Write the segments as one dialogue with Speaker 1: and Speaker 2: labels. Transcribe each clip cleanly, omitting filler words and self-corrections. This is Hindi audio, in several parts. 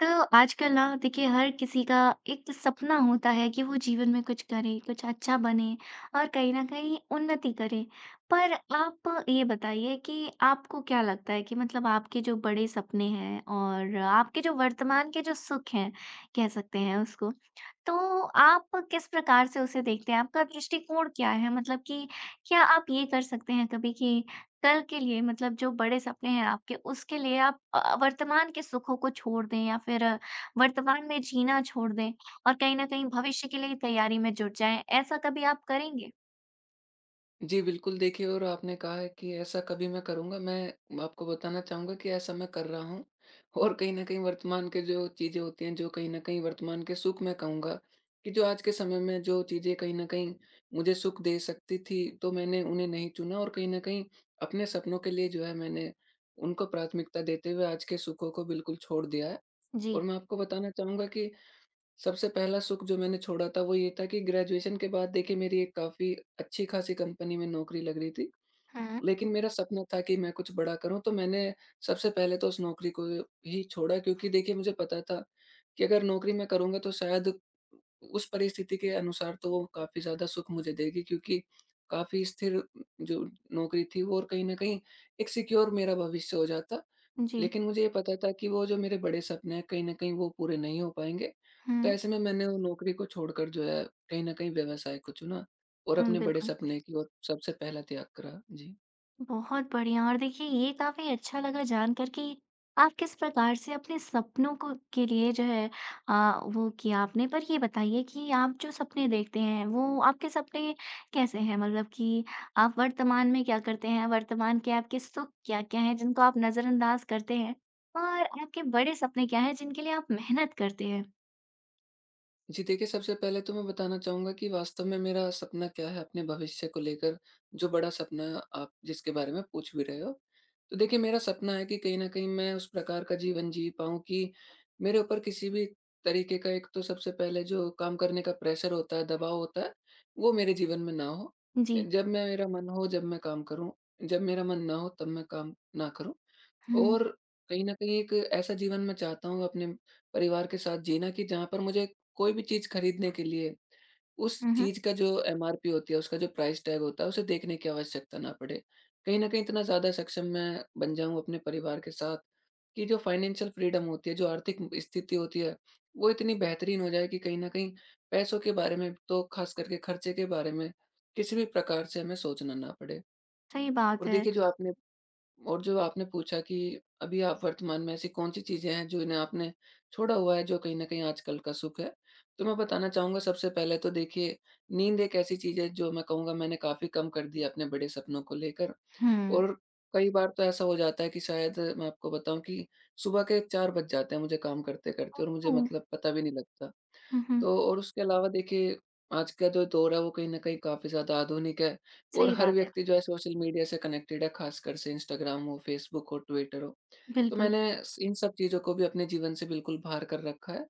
Speaker 1: तो आजकल ना देखिए हर किसी का एक सपना होता है कि वो जीवन में कुछ करे, कुछ अच्छा बने और कहीं न कहीं उन्नति करे। पर आप ये बताइए कि आपको क्या लगता है कि मतलब आपके जो बड़े सपने हैं और आपके जो वर्तमान के जो सुख हैं, कह सकते हैं उसको, तो आप किस प्रकार से उसे देखते हैं? आपका दृष्टिकोण क्या है? मतलब कि क्या आप ये कर सकते हैं कभी कि कल के लिए मतलब जो बड़े सपने हैं आपके उसके लिए आप वर्तमान के सुखों को छोड़ दें या फिर वर्तमान में जीना छोड़ दें और कहीं न कहीं भविष्य के लिए तैयारी में जुट जाएँ। ऐसा कभी आप करेंगे?
Speaker 2: जी, बिल्कुल देखिए। और आपने कहा है कि ऐसा कभी मैं करूँगा। मैं आपको बताना चाहूँगा कि ऐसा मैं कर रहा हूँ और कहीं न कहीं वर्तमान के जो चीज़ें होती हैं, जो कहीं न कहीं वर्तमान के सुख मैं कहूँगा कि जो आज के समय में जो चीज़ें कहीं न कहीं मुझे सुख दे सकती थी, तो मैंने उन्हें नहीं चुना और कहीं न कहीं अपने सपनों के लिए जो है मैंने उनको प्राथमिकता देते हुए आज के सुखों को बिल्कुल छोड़ दिया है।
Speaker 1: जी।
Speaker 2: और मैं आपको बताना चाहूँगा कि सबसे पहला सुख जो मैंने छोड़ा था वो ये था कि ग्रेजुएशन के बाद देखिए मेरी एक काफ़ी अच्छी-खासी कंपनी में नौकरी लग रही थी।
Speaker 1: हुँ।
Speaker 2: लेकिन मेरा सपना था कि मैं कुछ बड़ा करूँ, तो मैंने सबसे पहले तो उस नौकरी को ही छोड़ा, क्योंकि देखिए मुझे पता था कि अगर नौकरी मैं करूँगा तो शायद उस परिस्थिति के अनुसार तो वो काफ़ी ज़्यादा सुख मुझे देगी, क्योंकि काफ़ी स्थिर जो नौकरी थी वो, और कहीं न कहीं एक सिक्योर मेरा भविष्य हो जाता।
Speaker 1: जी।
Speaker 2: लेकिन मुझे ये पता था कि वो जो मेरे बड़े सपने हैं, कहीं न कहीं वो पूरे नहीं हो पाएँगे। तो ऐसे में मैंने वो नौकरी को छोड़कर जो है, कहीं न कहीं व्यवसाय को चुना और
Speaker 1: हुँ,
Speaker 2: अपने बड़े
Speaker 1: बिल्कुल।
Speaker 2: सपने की ओर सबसे पहला त्याग करा। जी।
Speaker 1: बहुत बढ़िया और देखिए ये काफी अच्छा लगा जानकर कि आप किस प्रकार से अपने सपनों को के लिए जो है वो किया आपने। पर ये बताइए कि आप जो सपने देखते हैं वो आपके सपने कैसे हैं? मतलब कि आप वर्तमान में क्या करते हैं? वर्तमान के आपके सुख क्या क्या हैं जिनको आप नजरअंदाज करते हैं और आपके बड़े सपने क्या हैं जिनके लिए आप मेहनत करते हैं?
Speaker 2: जी देखिए, सबसे पहले तो मैं बताना चाहूँगा कि वास्तव में मेरा सपना क्या है अपने भविष्य को लेकर, जो बड़ा सपना आप जिसके बारे में पूछ भी रहे हो। तो देखिए, मेरा सपना है कि कहीं न कहीं मैं उस प्रकार का जीवन जी पाऊँ कि मेरे ऊपर किसी भी तरीके का एक तो सबसे पहले जो काम करने का प्रेशर होता है, दबाव होता है, वो मेरे जीवन में ना हो।
Speaker 1: जी।
Speaker 2: जब मैं मेरा मन हो, जब मैं काम करूँ, जब मेरा मन ना हो, तब मैं काम ना करूँ।
Speaker 1: हम्म।
Speaker 2: और कहीं न कहीं एक ऐसा जीवन मैं चाहता हूँ अपने परिवार के साथ जीना कि जहाँ पर मुझे कोई भी चीज़ खरीदने के लिए, उस
Speaker 1: हम्म।
Speaker 2: चीज़ का जो एमआरपी होती है, उसका जो प्राइस टैग होता है, उसे देखने की आवश्यकता ना पड़े। कहीं न कहीं इतना ज़्यादा सक्षम मैं बन जाऊँ अपने परिवार के साथ कि जो फाइनेंशियल फ्रीडम होती है, जो आर्थिक स्थिति होती है, वो इतनी बेहतरीन हो जाए कि कहीं न कहीं पैसों के बारे में, तो ख़ास करके खर्चे के बारे में किसी भी प्रकार से हमें सोचना ना पड़े।
Speaker 1: सही बात
Speaker 2: और
Speaker 1: है।
Speaker 2: देखिए जो आपने पूछा कि अभी आप वर्तमान में ऐसी कौन-सी चीज़ें हैं जो इन्हें आपने छोड़ा हुआ है, जो कहीं न कहीं आजकल का सुख है? तो मैं बताना चाहूँगा सबसे पहले तो देखिए, नींद एक ऐसी चीज़ है जो मैं कहूँगा मैंने काफ़ी कम कर दी है अपने बड़े सपनों को लेकर।
Speaker 1: हम्म।
Speaker 2: और कई बार तो ऐसा हो जाता है कि शायद मैं आपको बताऊँ कि सुबह के 4 बज जाते हैं मुझे काम करते-करते और मुझे
Speaker 1: ओह,
Speaker 2: मतलब पता भी नहीं लगता।
Speaker 1: हम्म हम्म,
Speaker 2: तो और उसके अलावा देखिए, आज का जो दौर है वो कहीं न कहीं काफ़ी ज़्यादा आधुनिक है और
Speaker 1: सही
Speaker 2: हर
Speaker 1: बात है।
Speaker 2: व्यक्ति जो है सोशल मीडिया से कनेक्टेड है, ख़ासकर से इंस्टाग्राम हो, फ़ेसबुक हो, ट्विटर हो। तो
Speaker 1: बिल्कुल।
Speaker 2: मैंने स इन सब चीज़ों को भी अपने जीवन से बिल्कुल बाहर कर रखा है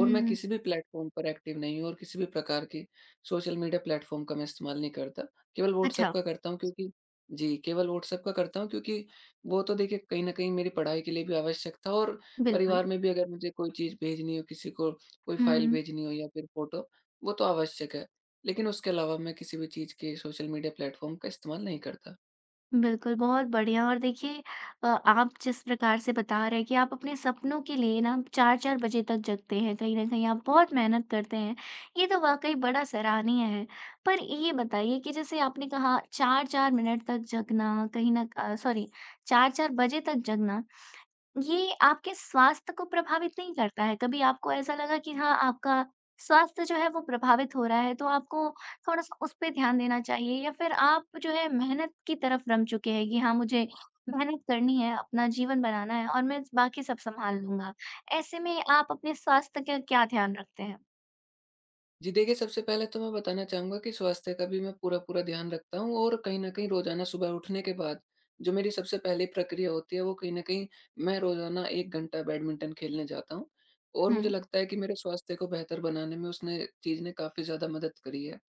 Speaker 2: और मैं किसी भी प्लेटफ़ॉर्म पर एक्टिव नहीं हूँ और किसी भी प्रकार की सोशल मीडिया प्लेटफ़ॉर्म का मैं इस्तेमाल नहीं करता। केवल व्हाट्सएप
Speaker 1: अच्छा।
Speaker 2: का करता हूँ, क्योंकि जी, केवल व्हाट्सएप का करता हूँ, क्योंकि वो तो देखिए कहीं न कहीं मेरी पढ़ाई के लिए भी आवश्यक था और
Speaker 1: बिल्कुल।
Speaker 2: परिवार में भी अगर मुझे कोई चीज़ भेजनी हो, किसी को कोई फ़ाइल
Speaker 1: हुँ,
Speaker 2: भेजनी हो या फिर फ़ोटो, वो तो आवश्यक है। लेकिन उसके अलावा मैं किसी भी चीज़ के सोशल मीडिया प्लेटफ़ॉर्म का इस्तेमाल नहीं करता।
Speaker 1: बिल्कुल, बहुत बढ़िया और देखिए आप जिस प्रकार से बता रहे हैं कि आप अपने सपनों के लिए ना 4-4 बजे तक जगते हैं, कहीं न कहीं आप बहुत मेहनत करते हैं, ये तो वाक़ई बड़ा सराहनीय है। पर ये बताइए कि जैसे आपने कहा 4-4 मिनट तक जगना, कहीं न अ, सॉरी 4-4 बजे तक जगना, ये आपके स्वास्थ्य को प्रभावित नहीं करता है? कभी आपको ऐसा लगा कि हाँ, आपका स्वास्थ्य जो है वो प्रभावित हो रहा है, तो आपको थोड़ा-सा उस पे ध्यान देना चाहिए या फिर आप जो है मेहनत की तरफ रम चुके हैं कि हाँ, मुझे मेहनत करनी है, अपना जीवन बनाना है और मैं बाकी सब सँभाल लूँगा। ऐसे में आप अपने स्वास्थ्य का क्या ध्यान रखते हैं?
Speaker 2: जी देखिए, सबसे पहले तो मैं बताना चाहूँगा कि स्वास्थ्य का भी मैं पूरा-पूरा ध्यान रखता हूँ और कहीं न कहीं रोज़ाना सुबह उठने के बाद, जो मेरी सबसे पहली प्रक्रिया होती है वो कहीं न कहीं, मैं रोज़ाना 1 घंटा बैडमिंटन खेलने जाता हूँ। और
Speaker 1: हुँ।
Speaker 2: मुझे लगता है कि मेरे स्वास्थ्य को बेहतर बनाने में उसने चीज़ ने काफ़ी ज़्यादा मदद करी है।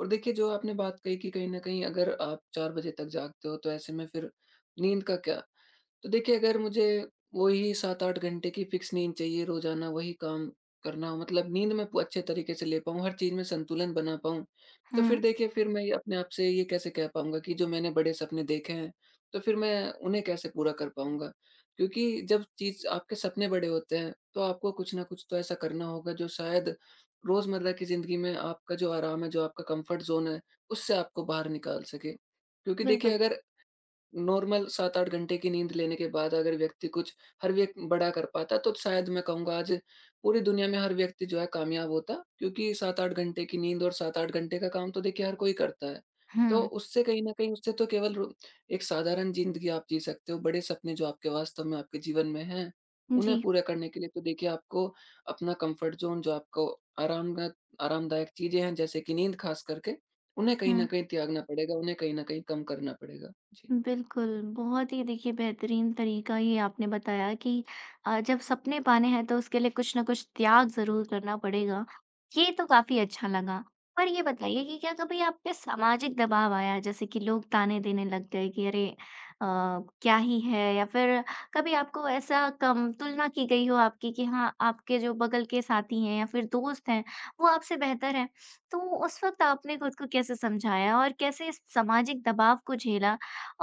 Speaker 2: और देखिए जो आपने बात कही कि कहीं न कहीं अगर आप 4 बजे तक जागते हो तो ऐसे में फिर नींद का क्या? तो देखिए अगर मुझे वही 7-8 घंटे की फिक्स नींद चाहिए रोज़ाना, वही काम करना हो, मतलब नींद मैं प अच्छे तरीके से ले पाऊँ, हर चीज़ में संतुलन बना पाऊँ, तो फिर
Speaker 1: हुँ,
Speaker 2: देखिए फिर मैं ये अपने आप से ये कैसे कह पाऊँगा कि जो मैंने बड़े सपने देखे हैं, तो फिर मैं उन्हें कैसे पूरा कर पाऊँगा? क्योंकि जब चीज़ आपके सपने बड़े होते हैं, तो आपको कुछ न कुछ तो ऐसा करना होगा जो शायद रोज़मर्रा की ज़िंदगी में आपका जो आराम है, जो आपका कम्फ़र्ट ज़ोन है, उससे आपको बाहर निकाल सके। क्योंकि देखिए
Speaker 1: बिल्कुल।
Speaker 2: अगर नॉर्मल 7-8 घंटे की नींद लेने के बाद अगर व्यक्ति कुछ हर व्यक बड़ा कर पाता, तो शायद मैं कहूँगा आज पूरी दुनिया में हर व्यक्ति जो है कामयाब होता। क्योंकि 7-8 घंटे की नींद और 7-8 घंटे का काम तो देखिए हर कोई करता है। तो
Speaker 1: हुँ,
Speaker 2: उससे कहीं न कहीं, उससे तो केवल रु एक साधारण ज़िंदगी आप जी सकते हो। बड़े सपने जो आपके वास्तव में आपके जीवन में हैं, उन्हें
Speaker 1: जी।
Speaker 2: पूरा करने के लिए तो देखिए आपको अपना कम्फ़र्ट ज़ोन जो आपको आरामगत आरामदायक चीज़ें हैं जैसे कि नींद ख़ास करके, उन्हें कहीं
Speaker 1: हुँ।
Speaker 2: न कहीं त्यागना पड़ेगा, उन्हें कहीं न कहीं कम करना पड़ेगा। जी।
Speaker 1: बिल्कुल, बहुत ही देखिए बेहतरीन तरीका ये आपने बताया कि जब सपने पाने हैं तो उसके लिए कुछ न कुछ त्याग ज़रूर करना पड़ेगा। ये तो काफ़ी अच्छा लगा। पर ये बताइए कि क्या कभी आप पे सामाजिक दबाव आया जैसे कि लोग ताने देने लग गए कि अरे अ, क्या ही है? या फिर कभी आपको ऐसा कम तुलना की गई हो आपकी कि हाँ, आपके जो बगल के साथी हैं या फिर दोस्त हैं, वो आपसे बेहतर हैं। तो उस वक़्त आपने खुद को कैसे समझाया और कैसे इस सामाजिक दबाव को झेला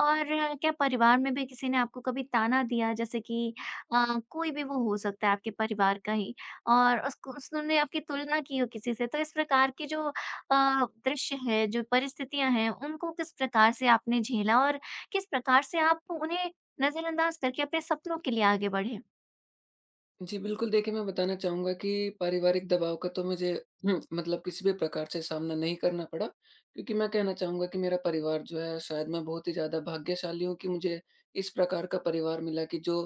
Speaker 1: और क्या परिवार में भी किसी ने आपको कभी ताना दिया? जैसे कि अ, कोई भी वो हो सकता है आपके परिवार का ही और उसको उसने आपकी तुलना की हो किसी से, तो इस प्रकार की जो दृश्य है, जो परिस्थितियां हैं उनको किस प्रकार से आपने झेला और किस प्रकार से आप उन्हें नजरअंदाज करके अपने सपनों के लिए आगे बढ़े?
Speaker 2: जी, बिल्कुल देखिए, मैं बताना चाहूँगा कि पारिवारिक दबाव का तो मुझे मतलब किसी भी प्रकार से सामना नहीं करना पड़ा, क्योंकि मैं कहना चाहूँगा कि मेरा परिवार जो है, शायद मैं बहुत ही ज़्यादा भाग्यशाली हूँ कि मुझे इस प्रकार का परिवार मिला कि जो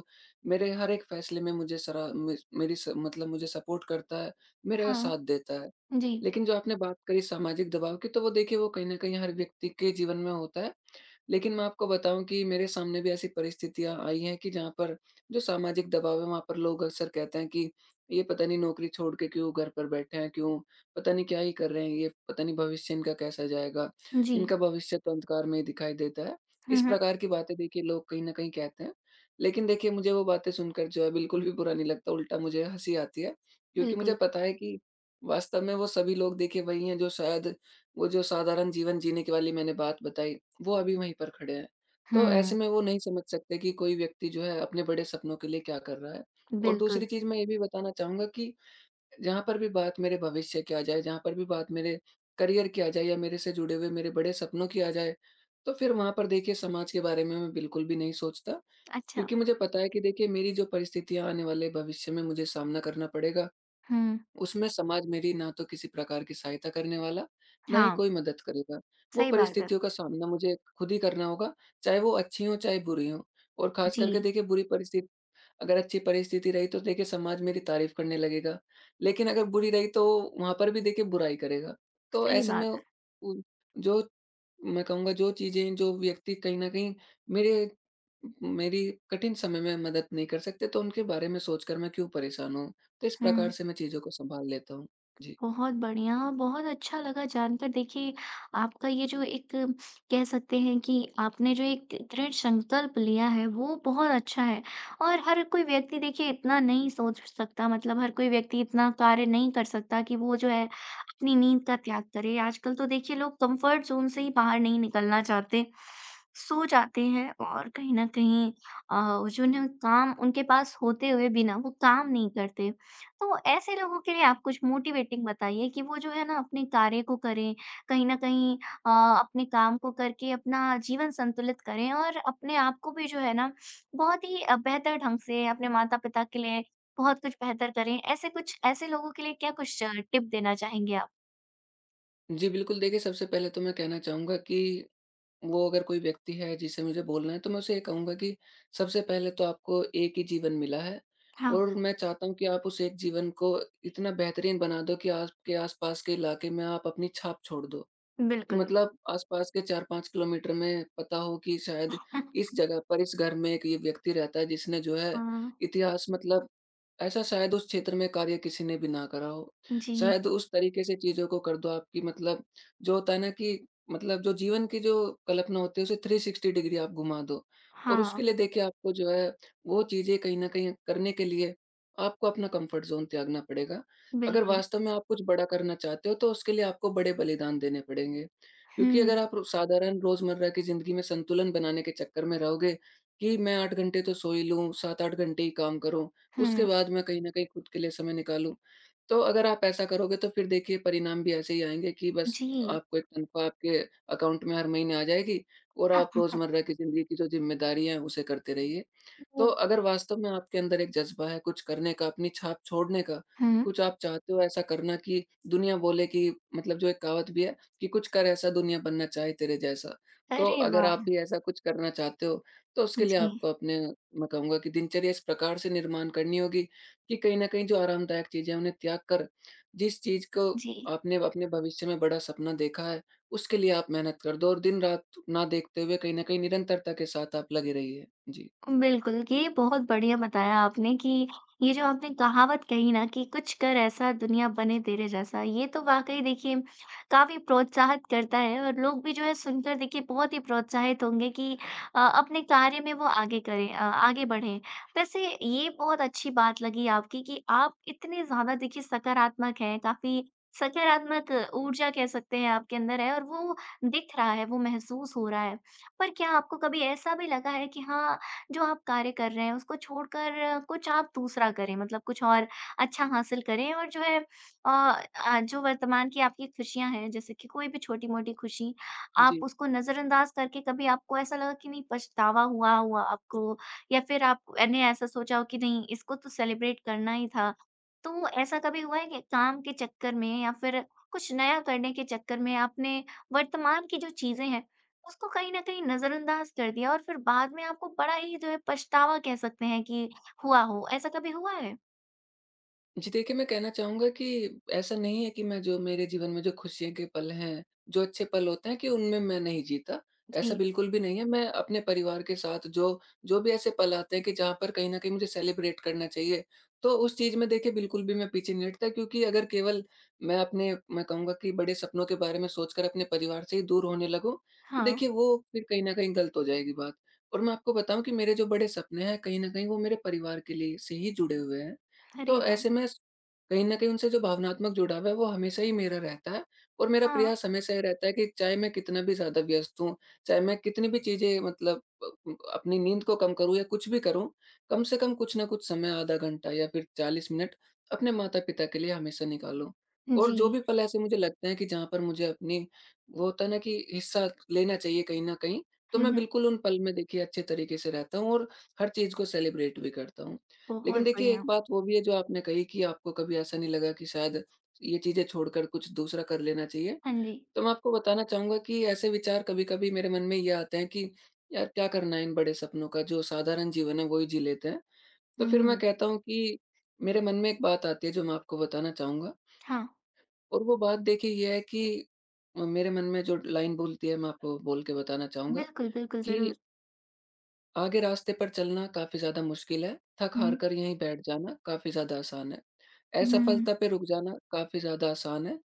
Speaker 2: मेरे हर एक फैसले में मुझे सरा मे मेरी स मतलब मुझे सपोर्ट करता है, मेरा
Speaker 1: हाँ,
Speaker 2: साथ देता है।
Speaker 1: जी,
Speaker 2: लेकिन जो आपने बात करी सामाजिक दबाव की, तो वो देखिए वो कहीं न कहीं हर व्यक्ति के जीवन में होता है। लेकिन मैं आपको बताऊँ कि मेरे सामने भी ऐसी परिस्थितियाँ आई हैं कि जहाँ पर जो सामाजिक दबाव है, वहाँ पर लोग अक्सर कहते हैं कि ये पता नहीं नौकरी छोड़ के क्यों घर पर बैठे हैं, क्यों पता नहीं क्या ही कर रहे हैं ये, पता नहीं भविष्य इनका कैसा जाएगा,
Speaker 1: जी।
Speaker 2: इनका भविष्य तो अंधकार में ही दिखाई देता है।
Speaker 1: हुँ,
Speaker 2: इस
Speaker 1: हुँ,
Speaker 2: प्रकार की बातें देखिए लोग कहीं न कहीं कहते हैं। लेकिन देखिए मुझे वो बातें सुनकर जो है बिल्कुल भी बुरा नहीं लगता, उल्टा मुझे हँसी आती है, क्योंकि मुझे
Speaker 1: बिल्कुल।
Speaker 2: पता है कि वास्तव में वो सभी लोग देखिए वही हैं जो शायद वो जो साधारण जीवन जीने की वाली मैंने बात बताई, वो अभी वहीं पर खड़े हैं। तो
Speaker 1: हुँ,
Speaker 2: ऐसे में वो नहीं समझ सकते कि कोई व्यक्ति जो है अपने बड़े सपनों के लिए क्या कर रहा है। और
Speaker 1: बिल्कुल।
Speaker 2: दूसरी चीज़ मैं ये भी बताना चाहूँगा कि जहाँ पर भी बात मेरे भविष्य की आ जाए, जहाँ पर भी बात मेरे करियर की आ जाए या मेरे से जुड़े हुए मेरे बड़े सपनों की आ जाए, तो फिर वहाँ पर देखिए समाज के बारे में मैं बिल्कुल भी नहीं सोचता।
Speaker 1: अच्छा।
Speaker 2: क्योंकि मुझे पता है कि देखिए मेरी जो परिस्थितियाँ आने वाले भविष्य में मुझे सामना करना पड़ेगा,
Speaker 1: हुँ,
Speaker 2: उसमें समाज मेरी ना तो किसी प्रकार की सहायता करने वाला, ना ही
Speaker 1: हाँ,
Speaker 2: कोई मदद करेगा। वो
Speaker 1: सही बात है।
Speaker 2: परिस्थितियों का सामना मुझे खुद ही करना होगा, चाहे वो अच्छी हों, चाहे बुरी हों। और ख़ास करके
Speaker 1: जी,
Speaker 2: देखिए बुरी परिस्थिति, अगर अच्छी परिस्थिति रही तो देखिए समाज मेरी तारीफ़ करने लगेगा, लेकिन अगर बुरी रही तो वहाँ पर भी देखिए बुराई करेगा। तो
Speaker 1: सही
Speaker 2: ऐसे में
Speaker 1: बात है।
Speaker 2: उ जो मैं कहूँगा जो चीज़ें जो व्यक्ति कहीं न कहीं मेरे मेरी कठिन समय में मदद नहीं कर सकते, तो उनके बारे में सोचकर मैं क्यों परेशान हूँ? तो इस
Speaker 1: हुँ।
Speaker 2: प्रकार से मैं चीज़ों को सँभाल लेता हूँ। जी।
Speaker 1: बहुत बढ़िया, बहुत अच्छा लगा जानकर देखिए आपका ये जो एक कह सकते हैं कि आपने जो एक दृढ़ संकल्प लिया है वो बहुत अच्छा है। और हर कोई व्यक्ति देखिए इतना नहीं सोच सकता, मतलब हर कोई व्यक्ति इतना कार्य नहीं कर सकता कि वो जो है अपनी नींद का त्याग करें। आजकल तो देखिए लोग कंफर्ट ज़ोन से ही बाहर नहीं निकलना चाहते, सो जाते हैं और कहीं न कहीं जो ना काम उनके पास होते हुए भी ना वो काम नहीं करते। तो ऐसे लोगों के लिए आप कुछ मोटिवेटिंग बताइए कि वो जो है ना अपने कार्य को करें, कहीं न कहीं अ, अपने काम को करके अपना जीवन संतुलित करें और अपने आप को भी जो है ना बहुत ही बेहतर ढंग से अपने माता-पिता के लिए बहुत कुछ बेहतर करें। ऐसे कुछ ऐसे लोगों के लिए क्या कुछ टिप देना चाहेंगे आप?
Speaker 2: जी, बिल्कुल देखिए, सबसे पहले तो मैं कहना चाहूँगा कि वो, अगर कोई व्यक्ति है जिससे मुझे बोलना है, तो मैं उसे ये कहूँगा कि सबसे पहले तो आपको एक ही जीवन मिला है
Speaker 1: हाँ,
Speaker 2: और मैं चाहता हूँ कि आप उस एक जीवन को इतना बेहतरीन बना दो कि आपके आस-पास के इलाके में आप अपनी छाप छोड़ दो। कि
Speaker 1: बिल्कुल।
Speaker 2: मतलब आस-पास के 4-5 किलोमीटर में पता हो कि शायद इस जगह पर, इस घर में एक ये व्यक्ति रहता है जिसने जो है,
Speaker 1: हाँ,
Speaker 2: इतिहास मतलब ऐसा शायद उस क्षेत्र में कार्य किसी ने भी ना करा हो।
Speaker 1: जी,
Speaker 2: शायद उस तरीके से चीज़ों को कर दो आप कि मतलब, जो होता है ना कि, मतलब जो जीवन की जो कल्पना होती है उसे 360 डिग्री आप घुमा दो। और
Speaker 1: हाँ,
Speaker 2: उसके लिए देखिए, आपको जो है वो चीज़ें कहीं न कहीं करने के लिए आपको अपना कम्फ़र्ट ज़ोन त्यागना पड़ेगा। अगर
Speaker 1: बिल्कुल।
Speaker 2: वास्तव में आप कुछ बड़ा करना चाहते हो, तो उसके लिए आपको बड़े बलिदान देने पड़ेंगे। क्योंकि
Speaker 1: हुँ,
Speaker 2: अगर आप रो साधारण रोज़मर्रा की ज़िंदगी में संतुलन बनाने के चक्कर में रहोगे कि मैं 8 घंटे तो सो ही लूँ, 7-8 घंटे ही काम करूँ। उसके
Speaker 1: हुँ,
Speaker 2: बाद मैं कहीं न कहीं खुद के लिए समय निकालूँ। तो अगर आप ऐसा करोगे, तो फिर देखिए परिणाम भी ऐसे ही आएँगे कि बस
Speaker 1: जी।
Speaker 2: आपको एक तनख्वाह आपके अकाउंट में हर महीने आ जाएगी और आप रोज़मर्रा की ज़िंदगी की जो ज़िम्मेदारियाँ हैं उसे करते रहिए। तो अगर वास्तव में आपके अंदर एक जज़्बा है कुछ करने का, अपनी छाप छोड़ने का,
Speaker 1: हुँ,
Speaker 2: कुछ आप चाहते हो ऐसा करना कि दुनिया बोले कि, मतलब जो एक कहावत भी है कि, कुछ कर ऐसा दुनिया बनना चाहे तेरे जैसा। तो
Speaker 1: अरे
Speaker 2: अगर
Speaker 1: वाह!
Speaker 2: आप भी ऐसा कुछ करना चाहते हो, तो उसके लिए
Speaker 1: जी,
Speaker 2: आपको अपने मैं कहूँगा कि दिनचर्या इस प्रकार से निर्माण करनी होगी कि कहीं न कहीं जो आरामदायक चीज़ें हैं, उन्हें त्याग कर जिस चीज़ को
Speaker 1: जी।
Speaker 2: आपने अपने भविष्य में बड़ा सपना देखा है, उसके लिए आप मेहनत कर दो और दिन-रात ना देखते हुए कहीं न कहीं निरंतरता के साथ आप लगे रहिए। जी।
Speaker 1: बिल्कुल, ये बहुत बढ़िया बताया आपने कि ये जो आपने कहावत कही ना कि कुछ कर ऐसा दुनिया बने तेरे जैसा, ये तो वाक़ई देखिए काफ़ी प्रोत्साहित करता है और लोग भी जो है सुनकर देखिए बहुत ही प्रोत्साहित होंगे कि अपने कार्य में वो आगे करें, आगे बढ़ें। वैसे ये बहुत अच्छी बात लगी आपकी कि आप इतने ज़्यादा देखिए सकारात्मक हैं, काफ़ी सकारात्मक ऊर्जा कह सकते हैं आपके अंदर है और वो दिख रहा है, वो महसूस हो रहा है। पर क्या आपको कभी ऐसा भी लगा है कि हाँ, जो आप कार्य कर रहे हैं उसको छोड़कर कुछ आप दूसरा करें, मतलब कुछ और अच्छा हासिल करें और जो है जो वर्तमान की आपकी खुशियाँ हैं जैसे कि कोई भी छोटी-मोटी खुशी, आप
Speaker 2: जी।
Speaker 1: उसको नज़रअंदाज करके कभी आपको ऐसा लगा कि नहीं पछतावा हुआ हुआ आपको या फिर आपने ऐसा सोचा हो कि नहीं इसको तो सेलिब्रेट करना ही था। तो ऐसा कभी हुआ है कि काम के चक्कर में या फिर कुछ नया करने के चक्कर में आपने वर्तमान की जो चीज़ें हैं उसको कहीं न कहीं नज़रअंदाज कर दिया और फिर बाद में आपको बड़ा ही जो है पछतावा कह सकते हैं कि हुआ हो, ऐसा कभी हुआ है?
Speaker 2: जी, देखिए, मैं कहना चाहूँगा कि ऐसा नहीं है कि मैं, जो मेरे जीवन में जो खुशी के पल हैं, जो अच्छे पल होते हैं कि उनमें मैं नहीं जीता,
Speaker 1: जी।
Speaker 2: ऐसा बिल्कुल भी नहीं है। मैं अपने परिवार के साथ जो जो भी ऐसे पल आते हैं कि जहाँ पर कहीं न कहीं मुझे सेलिब्रेट करना चाहिए, तो उस चीज़ में देखिए बिल्कुल भी मैं पीछे नहीं हटता, क्योंकि अगर केवल मैं कहूँगा कि बड़े सपनों के बारे में सोचकर अपने परिवार से ही दूर होने लगूँ, तो
Speaker 1: हाँ।
Speaker 2: देखिए वो फिर कहीं न कहीं गलत हो जाएगी बात। और मैं आपको बताऊँ कि मेरे जो बड़े सपने हैं, कहीं न कहीं वो मेरे परिवार के लिए से ही जुड़े हुए हैं।
Speaker 1: अरे
Speaker 2: तो
Speaker 1: वाह!
Speaker 2: ऐसे में स कहीं न कहीं उनसे जो भावनात्मक जुड़ाव है, वो हमेशा ही मेरा रहता है और मेरा
Speaker 1: हाँ।
Speaker 2: प्रयास हमेशा ये रहता है कि चाहे मैं कितना भी ज़्यादा व्यस्त हूँ, चाहे मैं कितनी भी चीज़ें मतलब अपनी नींद को कम करूँ या कुछ भी करूँ, कम से कम कुछ ना कुछ समय, आधा घंटा या फिर 40 मिनट, अपने माता-पिता के लिए हमेशा निकालूँ। और
Speaker 1: जी।
Speaker 2: जो भी पल ऐसे मुझे लगते हैं कि जहाँ पर मुझे अपनी, वो होता है ना कि, हिस्सा लेना चाहिए कहीं न कहीं, तो
Speaker 1: हुँ,
Speaker 2: मैं
Speaker 1: हुँ।
Speaker 2: बिल्कुल उन पल में देखिए अच्छे तरीके से रहता हूँ और हर चीज़ को सेलिब्रेट भी करता हूँ। लेकिन
Speaker 1: बहुत
Speaker 2: देखिए, एक
Speaker 1: बढ़िया।
Speaker 2: बात वो भी है जो आपने कही कि आपको कभी ऐसा नहीं लगा कि शायद ये चीज़ें छोड़कर कुछ दूसरा कर लेना चाहिए।
Speaker 1: हाँ जी।
Speaker 2: तो मैं आपको बताना चाहूँगा कि ऐसे विचार कभी-कभी मेरे मन में ये आते हैं कि यार, क्या करना है इन बड़े सपनों का, जो साधारण जीवन है वो ही जी लेते हैं। तो फिर मैं
Speaker 1: हुँ।
Speaker 2: कहता हूँ कि मेरे मन में एक बात आती है जो मैं आपको बताना चाहूँगा,
Speaker 1: हाँ।
Speaker 2: और वो बात देखिए ये है कि, मेरे मन में जो लाइन बोलती है मैं आपको बोल के बताना चाहूँगा
Speaker 1: बिल्कुल, बिल्कुल
Speaker 2: कि,
Speaker 1: ज़रूर।
Speaker 2: आगे रास्ते पर चलना काफ़ी ज़्यादा मुश्किल है, थक हार
Speaker 1: हुँ।
Speaker 2: कर यहीं बैठ जाना काफ़ी ज़्यादा आसान है।
Speaker 1: हुँ।
Speaker 2: असफलता पे रुक जाना काफ़ी ज़्यादा आसान है,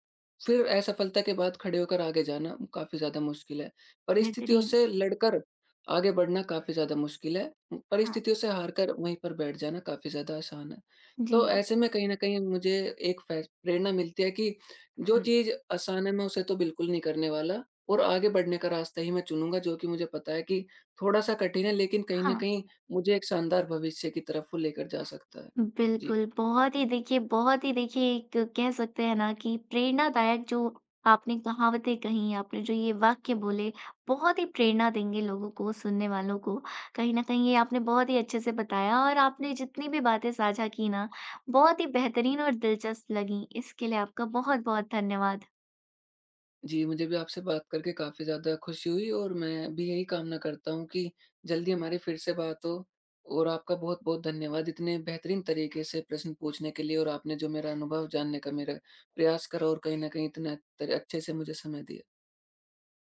Speaker 2: फिर असफलता के बाद खड़े होकर आगे जाना काफ़ी ज़्यादा मुश्किल है। परिस्थितियों
Speaker 1: बेहतरीन।
Speaker 2: से लड़कर आगे बढ़ना काफ़ी ज़्यादा मुश्किल है,
Speaker 1: हाँ।
Speaker 2: परिस्थितियों से हार कर वहीं पर बैठ जाना काफ़ी ज़्यादा आसान है।
Speaker 1: जी।
Speaker 2: तो ऐसे में कहीं न कहीं मुझे एक फै प्रेरणा मिलती है कि जो
Speaker 1: हुँ।
Speaker 2: चीज़ आसान है मैं उसे तो बिल्कुल नहीं करने वाला, और आगे बढ़ने का रास्ता ही मैं चुनूँगा, जो कि मुझे पता है कि थोड़ा-सा कठिन है, लेकिन कहीं न
Speaker 1: हाँ।
Speaker 2: कहीं मुझे एक शानदार भविष्य की तरफ वो लेकर जा सकता है। जी।
Speaker 1: बिल्कुल, बहुत ही देखिए एक कह सकते हैं ना कि प्रेरणादायक जो आपने कहावतें कहीं, आपने जो ये वाक्य बोले, बहुत ही प्रेरणा देंगे लोगों को, सुनने वालों को। कहीं न कहीं ये आपने बहुत ही अच्छे से बताया और आपने जितनी भी बातें साझा की ना, बहुत ही बेहतरीन और दिलचस्प लगीं। इसके लिए आपका बहुत-बहुत धन्यवाद।
Speaker 2: जी, मुझे भी आपसे बात करके काफ़ी ज़्यादा खुशी हुई और मैं भी यही कामना करता हूँ कि जल्दी हमारी फिर से बात हो, और आपका बहुत-बहुत धन्यवाद इतने बेहतरीन तरीके से प्रश्न पूछने के लिए और आपने जो मेरा अनुभव जानने का मेरा प्रयास करा और कहीं न कहीं इतना त अच्छे से मुझे समय दिया।